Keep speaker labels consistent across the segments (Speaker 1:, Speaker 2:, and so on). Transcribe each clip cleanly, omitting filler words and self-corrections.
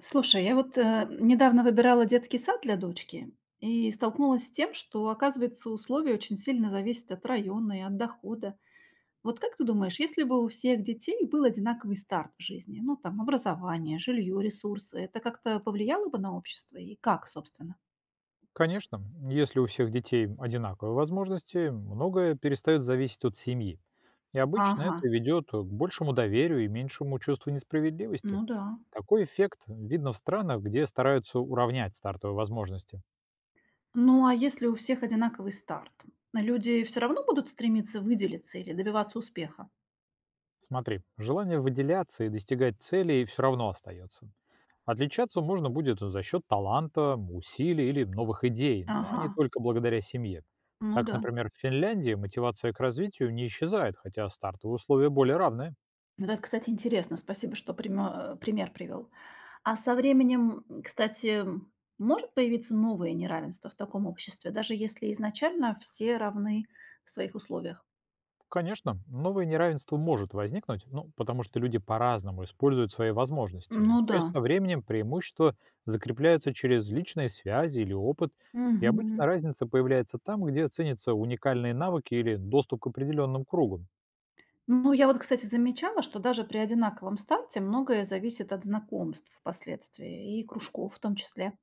Speaker 1: Слушай, я вот недавно выбирала детский сад для дочки и столкнулась с тем, что, оказывается, условия очень сильно зависят от района и от дохода. Вот как ты думаешь, если бы у всех детей был одинаковый старт в жизни, ну там образование, жилье, ресурсы, это как-то повлияло бы на общество и как, собственно?
Speaker 2: Конечно, если у всех детей одинаковые возможности, многое перестает зависеть от семьи. И обычно
Speaker 1: Ага,
Speaker 2: это ведет к большему доверию и меньшему чувству
Speaker 1: ну
Speaker 2: несправедливости.
Speaker 1: да.
Speaker 2: Такой эффект видно в странах, где стараются уравнять стартовые возможности.
Speaker 1: Ну а если у всех одинаковый старт, люди все равно будут стремиться выделиться или добиваться успеха?
Speaker 2: Смотри, желание выделяться и достигать целей все равно остается. Отличаться можно будет за счет таланта, усилий или новых идей, но
Speaker 1: Ага,
Speaker 2: не только благодаря семье.
Speaker 1: ну
Speaker 2: Так,
Speaker 1: да.
Speaker 2: например, в Финляндии мотивация к развитию не исчезает, хотя стартовые условия более равны.
Speaker 1: Вот это, кстати, интересно. Спасибо, что прямо, пример привел. А со временем, кстати, может появиться новое неравенство в таком обществе, даже если изначально все равны в своих условиях?
Speaker 2: Конечно, новое неравенство может возникнуть, ну, потому что люди по-разному используют свои возможности.
Speaker 1: Ну
Speaker 2: То
Speaker 1: да.
Speaker 2: со временем преимущества закрепляются через личные связи или опыт, и обычно
Speaker 1: Мгм.
Speaker 2: разница появляется там, где ценятся уникальные навыки или доступ к определенным кругам.
Speaker 1: Ну, я вот, кстати, замечала, что даже при одинаковом старте многое зависит от знакомств впоследствии и кружков в том числе.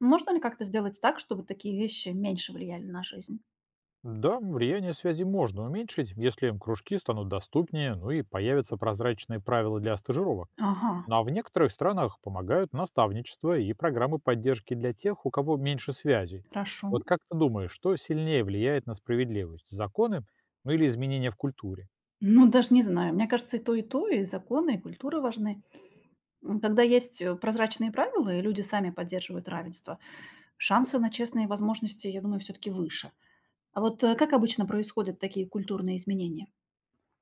Speaker 1: Можно ли как-то сделать так, чтобы такие вещи меньше влияли на жизнь?
Speaker 2: Да, влияние связи можно уменьшить, если кружки станут доступнее, ну и появятся прозрачные правила для стажировок.
Speaker 1: Ага,
Speaker 2: Ну а в некоторых странах помогают наставничество и программы поддержки для тех, у кого меньше связей.
Speaker 1: хорошо.
Speaker 2: Вот как ты думаешь, что сильнее влияет на справедливость? Законы, ну, или изменения в культуре?
Speaker 1: Ну, даже не знаю. Мне кажется, и то, и то, и законы, и культура важны. Когда есть прозрачные правила, и люди сами поддерживают равенство, шансы на честные возможности, я думаю, все-таки выше. А вот как обычно происходят такие культурные изменения?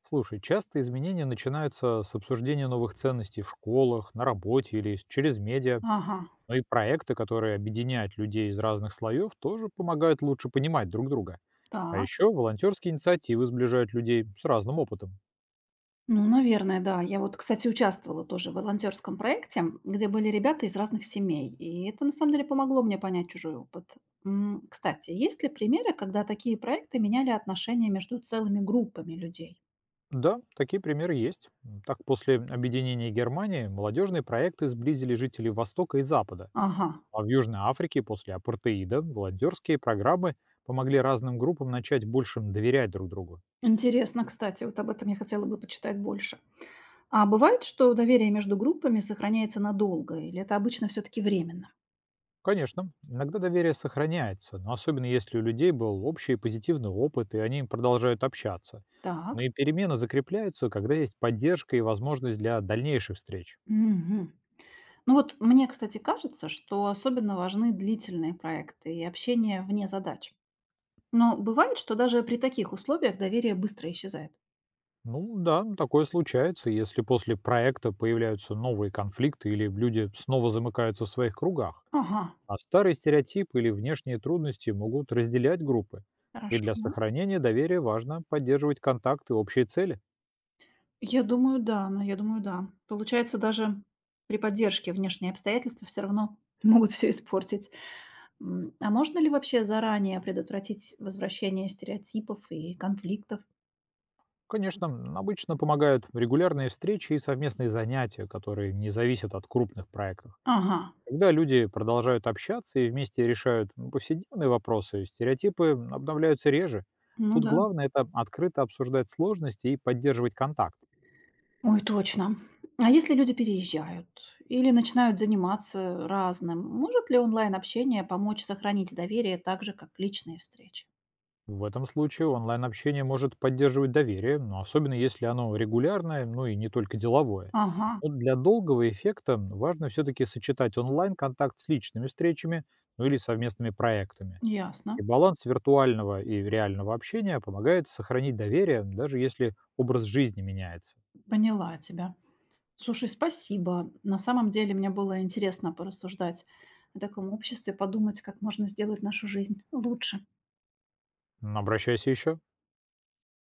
Speaker 2: Слушай, часто изменения начинаются с обсуждения новых ценностей в школах, на работе или через медиа.
Speaker 1: Ага,
Speaker 2: Ну и проекты, которые объединяют людей из разных слоев, тоже помогают лучше понимать друг друга. А
Speaker 1: так.
Speaker 2: еще волонтерские инициативы сближают людей с разным опытом.
Speaker 1: Ну, наверное, да. Я вот, кстати, участвовала тоже в волонтерском проекте, где были ребята из разных семей. И это, на самом деле, помогло мне понять чужой опыт. Кстати, есть ли примеры, когда такие проекты меняли отношения между целыми группами людей?
Speaker 2: Да, такие примеры есть. Так, после объединения Германии молодежные проекты сблизили жителей Востока и Запада,
Speaker 1: Ага.
Speaker 2: а в Южной Африке после апартеида волонтерские программы помогли разным группам начать больше доверять друг другу.
Speaker 1: Интересно, кстати, вот об этом я хотела бы почитать больше. А бывает, что доверие между группами сохраняется надолго, или это обычно все-таки временно?
Speaker 2: Конечно, иногда доверие сохраняется, но особенно если у людей был общий позитивный опыт, и они продолжают общаться. Но
Speaker 1: Так.
Speaker 2: и перемены закрепляются, когда есть поддержка и возможность для дальнейших встреч.
Speaker 1: Мгм. Ну вот мне, кстати, кажется, что особенно важны длительные проекты и общение вне задач. Но бывает, что даже при таких условиях доверие быстро исчезает.
Speaker 2: Ну да, ну такое случается, если после проекта появляются новые конфликты или люди снова замыкаются в своих кругах.
Speaker 1: Ага,
Speaker 2: А старые стереотипы или внешние трудности могут разделять группы. И для
Speaker 1: хорошо.
Speaker 2: сохранения доверия важно поддерживать контакты и общие цели.
Speaker 1: Я думаю, да, но я думаю, да. Получается, даже при поддержке внешние обстоятельства все равно могут все испортить. А можно ли вообще заранее предотвратить возвращение стереотипов и конфликтов?
Speaker 2: Конечно, обычно помогают регулярные встречи и совместные занятия, которые не зависят от крупных проектов.
Speaker 1: Ага,
Speaker 2: Когда люди продолжают общаться и вместе решают, ну, повседневные вопросы, стереотипы обновляются реже.
Speaker 1: ну
Speaker 2: Тут
Speaker 1: да.
Speaker 2: главное это открыто обсуждать сложности и поддерживать контакт.
Speaker 1: Ой, точно. А если люди переезжают или начинают заниматься разным, может ли онлайн-общение помочь сохранить доверие так же, как личные встречи?
Speaker 2: В этом случае онлайн-общение может поддерживать доверие, но особенно если оно регулярное, ну и не только деловое.
Speaker 1: Ага,
Speaker 2: Но для долгого эффекта важно все-таки сочетать онлайн-контакт с личными встречами, ну или совместными проектами. И
Speaker 1: ясно.
Speaker 2: баланс виртуального и реального общения помогает сохранить доверие, даже если образ жизни меняется.
Speaker 1: Поняла тебя. Слушай, спасибо. На самом деле мне было интересно порассуждать о таком обществе, подумать, как можно сделать нашу жизнь лучше.
Speaker 2: Обращайся еще.